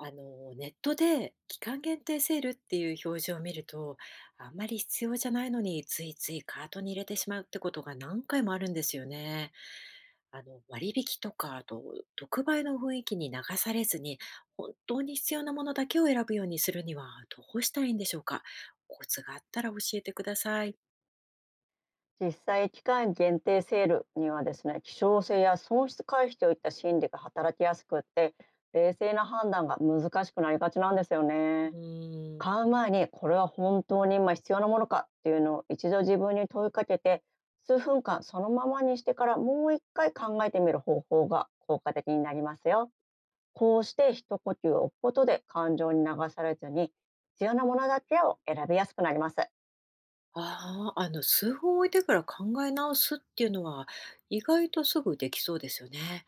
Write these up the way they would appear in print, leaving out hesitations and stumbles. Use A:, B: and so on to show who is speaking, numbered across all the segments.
A: ネットで期間限定セールっていう表示を見ると、あんまり必要じゃないのについついカートに入れてしまうってことが何回もあるんですよね。割引とか、あと、特売の雰囲気に流されずに、本当に必要なものだけを選ぶようにするにはどうしたらいいんでしょうか。コツがあったら教えてください。
B: 実際、期間限定セールにはですね、希少性や損失回避といった心理が働きやすくって、冷静な判断が難しくなりがちなんですよね。
A: うーん。
B: 買う前にこれは本当に今必要なものかっていうのを一度自分に問いかけて、数分間そのままにしてからもう一回考えてみる方法が効果的になりますよ。こうして一呼吸を置くことで感情に流されずに必要なものだけを選びやすくなります。
A: ああ、数分置いてから考え直すっていうのは意外とすぐできそうですよね。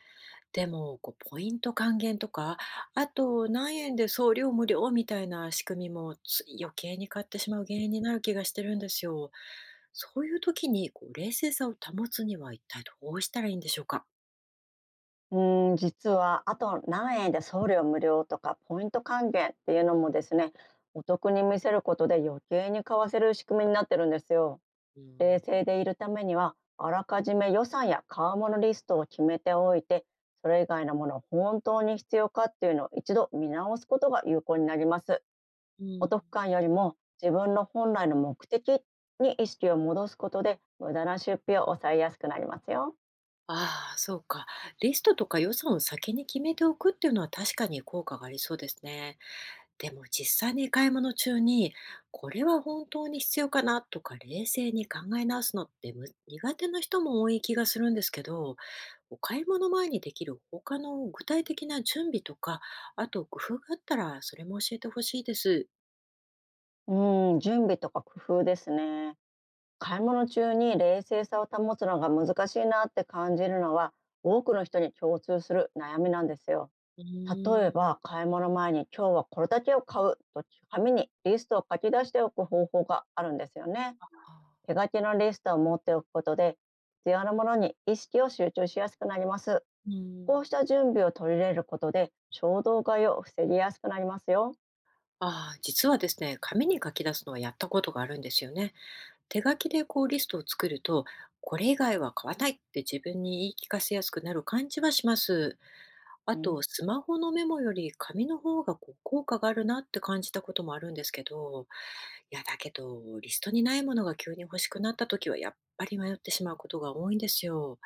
A: でも、こうポイント還元とか、あと何円で送料無料みたいな仕組みもつい余計に買ってしまう原因になる気がしてるんですよ。そういう時にこう冷静さを保つには一体どうしたらいいんでしょうか？
B: うーん、実はあと何円で送料無料とかポイント還元っていうのもですね、お得に見せることで余計に買わせる仕組みになってるんですよ。
A: う
B: 冷
A: ん、
B: 静でいるためには、あらかじめ予算や買い物リストを決めておいて、それ以外のものを本当に必要かっていうのを一度見直すことが有効になります。
A: う
B: お
A: ん。
B: 得感よりも自分の本来の目的に意識を戻すことで、無駄な出費を抑えやすくなりますよ。
A: ああ、そうか。リストとか予算を先に決めておくっていうのは確かに効果がありそうですね。でも実際に買い物中に、これは本当に必要かなとか冷静に考え直すのって苦手な人も多い気がするんですけど、お買い物前にできる他の具体的な準備とか、あと工夫があったらそれも教えてほしいです。
B: うん、準備とか工夫ですね。買い物中に冷静さを保つのが難しいなって感じるのは、多くの人に共通する悩みなんですよ。
A: う
B: 例え
A: ーん。
B: ば、買い物前に今日はこれだけを買うと紙にリストを書き出しておく方法があるんですよね。手書きのリストを持っておくことで、必要なものに意識を集中しやすくなります。
A: うー
B: こうし
A: ん。
B: た準備を取り入れることで、衝動買いを防ぎやすくなりますよ。
A: ああ、実はですね、紙に書き出すのはやったことがあるんですよね。手書きでこうリストを作ると、これ以外は買わないって自分に言い聞かせやすくなる感じはします。あ
B: う
A: と、
B: ん。
A: スマホのメモより紙の方がこう効果があるなって感じたこともあるんですけど、いや、だけど、リストにないものが急に欲しくなった時は、やっぱり迷ってしまうことが多いんですよ。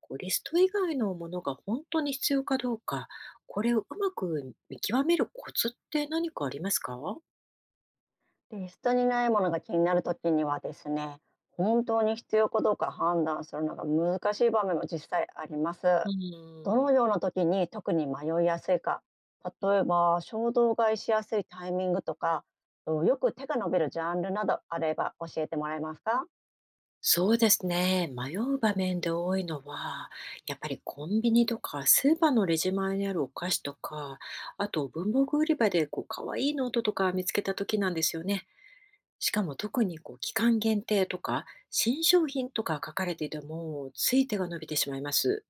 A: こうリスト以外のものが本当に必要かどうか、これをうまく見極めるコツって何かありますか？
B: テストにないものが気になる時にはですね、本当に必要かどうか判断するのが難しい場面も実際あります。
A: う
B: ど
A: ん。
B: のような時に特に迷いやすいか、例えば衝動買いしやすいタイミングとか、とよく手が伸びるジャンルなどあれば教えてもらえますか？
A: そうですね。迷う場面で多いのは、やっぱりコンビニとかスーパーのレジ前にあるお菓子とか、あと文房具売り場でこう可愛いノートとか見つけた時なんですよね。しかも特にこう期間限定とか新商品とか書かれていてもつい手が伸びてしまいます。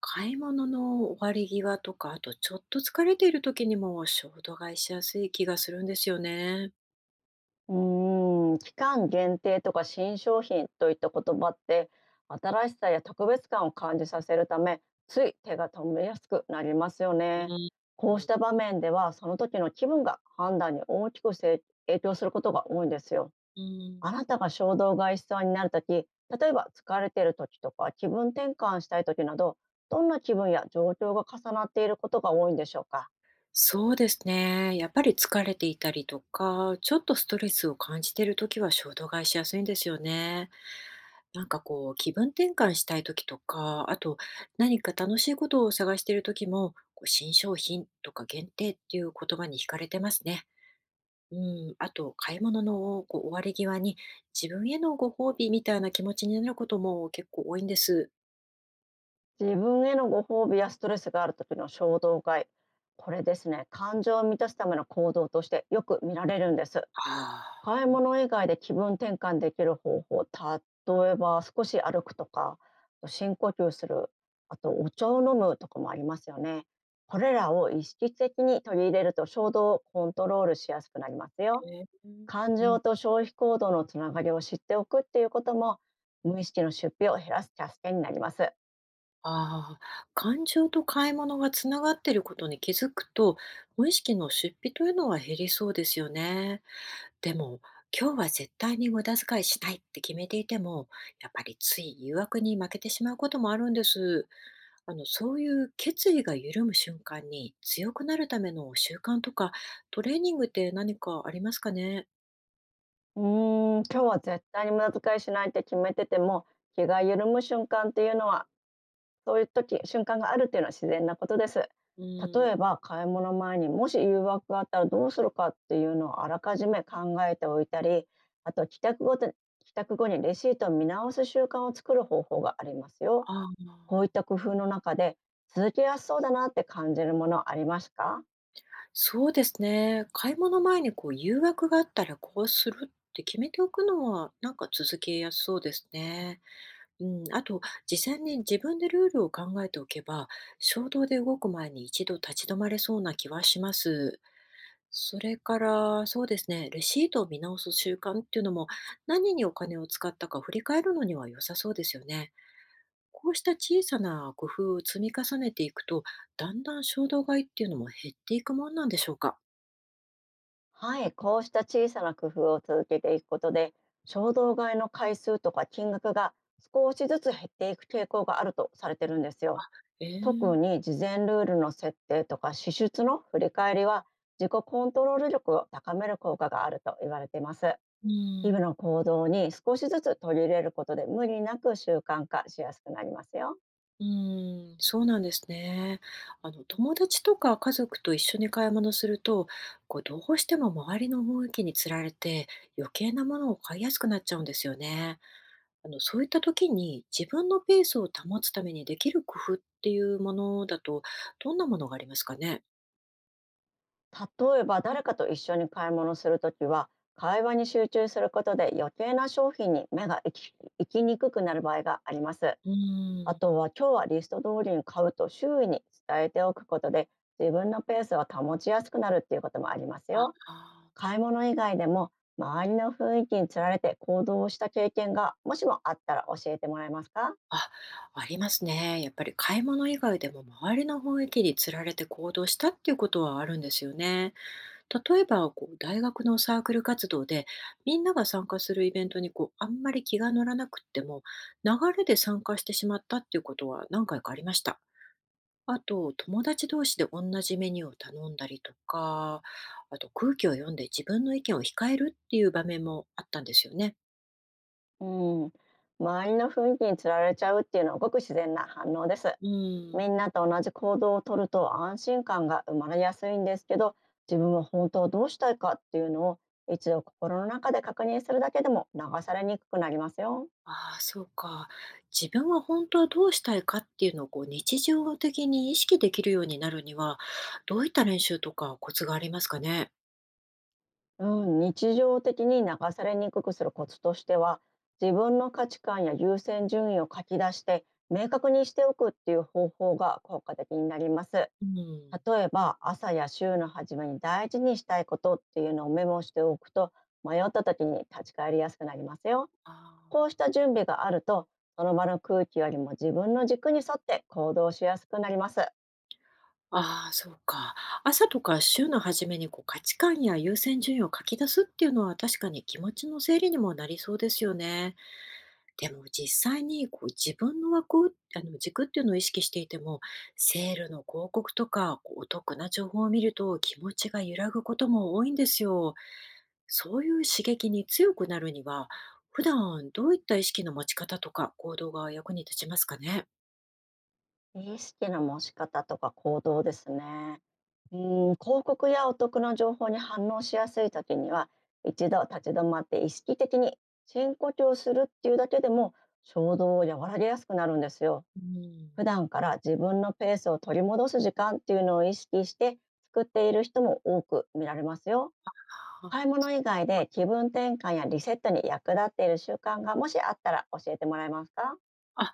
A: 買い物の終わり際とか、あとちょっと疲れている時にも衝動買いしやすい気がするんですよね。
B: うーん、期間限定とか新商品といった言葉って、新しさや特別感を感じさせるため、つい手が止めやすくなりますよ
A: う
B: ね。
A: ん。
B: こう
A: う
B: した
A: ん。
B: 場面では、その時の気分が判断に大きく影響することが多いんですよ。
A: うん。
B: あなたが衝動買いしそうになる時、例えば疲れている時とか気分転換したい時など、どんな気分や状況が重なっていることが多いんでしょうか？
A: そうですね。やっぱり疲れていたりとか、ちょっとストレスを感じているときは衝動買いしやすいんですよね。なんかこう、気分転換したいときとか、あと何か楽しいことを探しているときも、こう新商品とか限定っていう言葉に惹かれてますね。うん、あと、買い物のこう終わり際に自分へのご褒美みたいな気持ちになることも結構多いんです。
B: 自分へのご褒美やストレスがある時の衝動買い。これですね、感情を満たすための行動としてよく見られるんです。
A: あ
B: 買い
A: あ。
B: 物以外で気分転換できる方法、例えば少し歩くとか、深呼吸する、あとお茶を飲むとかもありますよね。これらを意識的に取り入れると衝動をコントロールしやすくなりますよ。
A: うん。
B: 感情と消費行動のつながりを知っておくっていうことも、無意識の出費を減らす助けになります。
A: ああ、感情と買い物がつながっていることに気づくと、無意識の出費というのは減りそうですよね。でも、今日は絶対に無駄遣いしないって決めていても、やっぱりつい誘惑に負けてしまうこともあるんです。そういう決意が緩む瞬間に強くなるための習慣とか、トレーニングって何かありますかね？
B: うーん、今日は絶対に無駄遣いしないって決めてても、気が緩む瞬間っていうのは、そういう時、瞬間があるっていうのは自然なことです。
A: うん。
B: 例えば、買い物前にもし誘惑があったらどうするかっていうのをあらかじめ考えておいたり、あと帰宅後にレシートを見直す習慣を作る方法がありますよ。
A: あ
B: こういっ
A: あ。
B: た工夫の中で、続けやすそうだなって感じるものありますか？
A: そうですね。買い物前にこう誘惑があったらこうするって決めておくのはなんか続けやすそうですね。うん、あと事前に自分でルールを考えておけば衝動で動く前に一度立ち止まれそうな気はします。それからそうですね、レシートを見直す習慣っていうのも何にお金を使ったか振り返るのには良さそうですよね。こうした小さな工夫を積み重ねていくとだんだん衝動買いっていうのも減っていくもんなんでしょうか。
B: はい、こうした小さな工夫を続けていくことで、衝動買いの回数とか金額が少しずつ減っていく傾向があるとされてるんですよ。
A: え
B: 特
A: え、
B: に事前ルールの設定とか支出の振り返りは、自己コントロール力を高める効果があると言われています。
A: う
B: 日
A: ん、
B: 々の行動に少しずつ取り入れることで、無理なく習慣化しやすくなりますよ。
A: うん、そうなんですね。友達とか家族と一緒に買い物すると、こう、どうしても周りの雰囲気につられて、余計なものを買いやすくなっちゃうんですよね。そういった時に自分のペースを保つためにできる工夫っていうものだと、どんなものがありますかね？
B: 例えば誰かと一緒に買い物するときは、会話に集中することで余計な商品に目が行きにくくなる場合があります。
A: う
B: あ
A: ん。
B: とは今日はリスト通りに買うと周囲に伝えておくことで、自分のペースを保ちやすくなるっていうこともあります
A: あ、
B: よ。
A: あ、
B: 買い物以外でも、周りの雰囲気につられて行動をした経験がもしもあったら教えてもらえますか？
A: あ、ありますね。やっぱり買い物以外でも周りの雰囲気につられて行動したっていうことはあるんですよね。例えば、こう、大学のサークル活動で、みんなが参加するイベントに、こう、あんまり気が乗らなくっても、流れで参加してしまったっていうことは何回かありました。あと、友達同士で同じメニューを頼んだりとか、あと空気を読んで自分の意見を控えるっていう場面もあったんですよね。
B: うん。周りの雰囲気につられちゃうっていうのはごく自然な反応です。
A: うん。
B: みんなと同じ行動をとると安心感が生まれやすいんですけど、自分は本当はどうしたいかっていうのを一度心の中で確認するだけでも流されにくくなりますよ。
A: ああ、そうか。自分は本当はどうしたいかっていうのをこう日常的に意識できるようになるには、どういった練習とかコツがありますかね。
B: うん、日常的に流されにくくするコツとしては、自分の価値観や優先順位を書き出して明確にしておくっていう方法が効果的になります。
A: うん。
B: 例えば朝や週の初めに大事にしたいことっていうのをメモしておくと、迷った時に立ち返りやすくなりますよ。
A: あ
B: こうした準備があると、その場の空気よりも自分の軸に沿って行動しやすくなります。
A: あ、ああ、そうか。朝とか週の初めにこう価値観や優先順位を書き出すっていうのは確かに気持ちの整理にもなりそうですよね。でも実際にこう自分の枠、軸っていうのを意識していても、セールの広告とかこうお得な情報を見ると気持ちが揺らぐことも多いんですよ。そういう刺激に強くなるには、普段どういった意識の持ち方とか行動が役に立ちますかね。
B: 意識の持ち方とか行動ですね。うん、広告やお得な情報に反応しやすい時には、一度立ち止まって意識的に深呼吸をするっていうだけでも衝動を和らげやすくなるんですよ。
A: うん。
B: 普段から自分のペースを取り戻す時間っていうのを意識して作っている人も多く見られますよ。買い物以外で気分転換やリセットに役立っている習慣がもしあったら教えてもらえますか？
A: あ、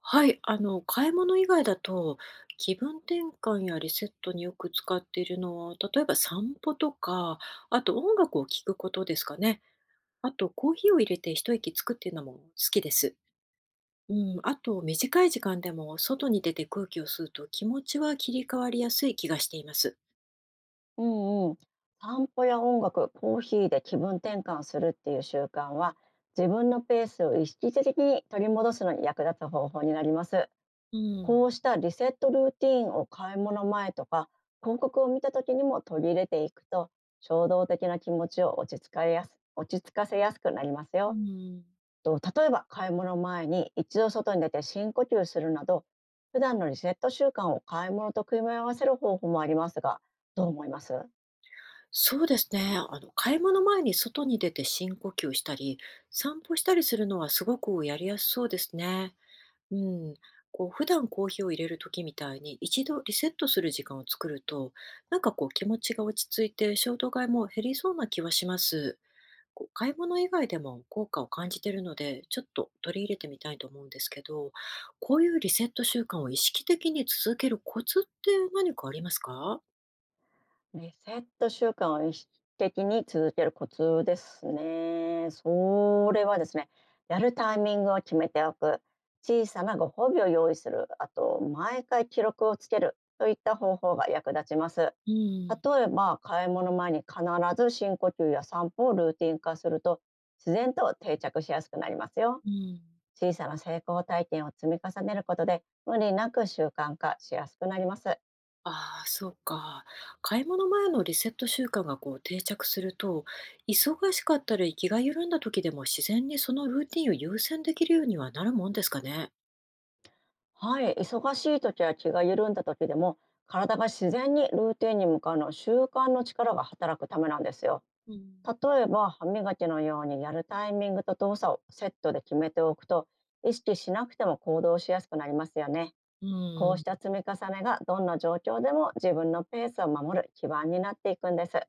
A: はい。買い物以外だと、気分転換やリセットによく使っているのは、例えば散歩とか、あと音楽を聴くことですかね。あと、コーヒーを入れて一息つくっていうのも好きです。うん、あと、短い時間でも外に出て空気を吸うと気持ちは切り替わりやすい気がしています。
B: うんうん。散歩や音楽、コーヒーで気分転換するっていう習慣は、自分のペースを意識的に取り戻すのに役立つ方法になります。
A: うん。
B: こうしたリセットルーティーンを買い物前とか広告を見た時にも取り入れていくと、衝動的な気持ちを落ち着かせやすくなります
A: う
B: よ。
A: ん、
B: と、例えば買い物前に一度外に出て深呼吸するなど、普段のリセット習慣を買い物と組み合わせる方法もありますが、どう思います？
A: そうですね。買い物前に外に出て深呼吸したり、散歩したりするのはすごくやりやすそうですね。うん、こう普段コーヒーを入れる時みたいに一度リセットする時間を作るとなんかこう気持ちが落ち着いて衝動買いも減りそうな気はします。こう買い物以外でも効果を感じているのでちょっと取り入れてみたいと思うんですけどこういうリセット習慣を意識的に続けるコツって何かありますか？
B: リセット習慣を意識的に続けるコツですね。それはですね、やるタイミングを決めておく、小さなご褒美を用意する、あと、毎回記録をつけるといった方法が役立ちます。
A: うん、
B: 例えば、買い物前に必ず深呼吸や散歩をルーティン化すると、自然と定着しやすくなりますよ。
A: うん。
B: 小さな成功体験を積み重ねることで、無理なく習慣化しやすくなります。
A: ああ、そうか。買い物前のリセット習慣がこう定着すると、忙しかったり気が緩んだ時でも自然にそのルーティンを優先できるようにはなるもんですかね。
B: はい、忙しい時や気が緩んだ時でも、体が自然にルーティンに向かうのは習慣の力が働くためなんですよ。
A: うん、
B: 例えば歯磨きのようにやるタイミングと動作をセットで決めておくと、意識しなくても行動しやすくなりますよね。こ
A: う
B: うした
A: ん。
B: 積み重ねがどんな状況でも自分のペースを守る基盤になっていくんです。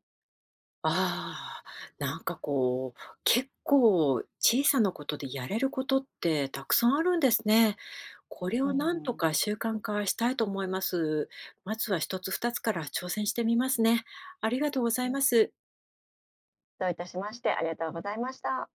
A: ああ、なんかこう、結構小さなことでやれることってたくさんあるんですね。これ
B: う
A: をなんと
B: ん、
A: か習慣化したいと思います。まずは一つ二つから挑戦してみますね。ありがとうございます。
B: どういたしまして。ありがとうございました。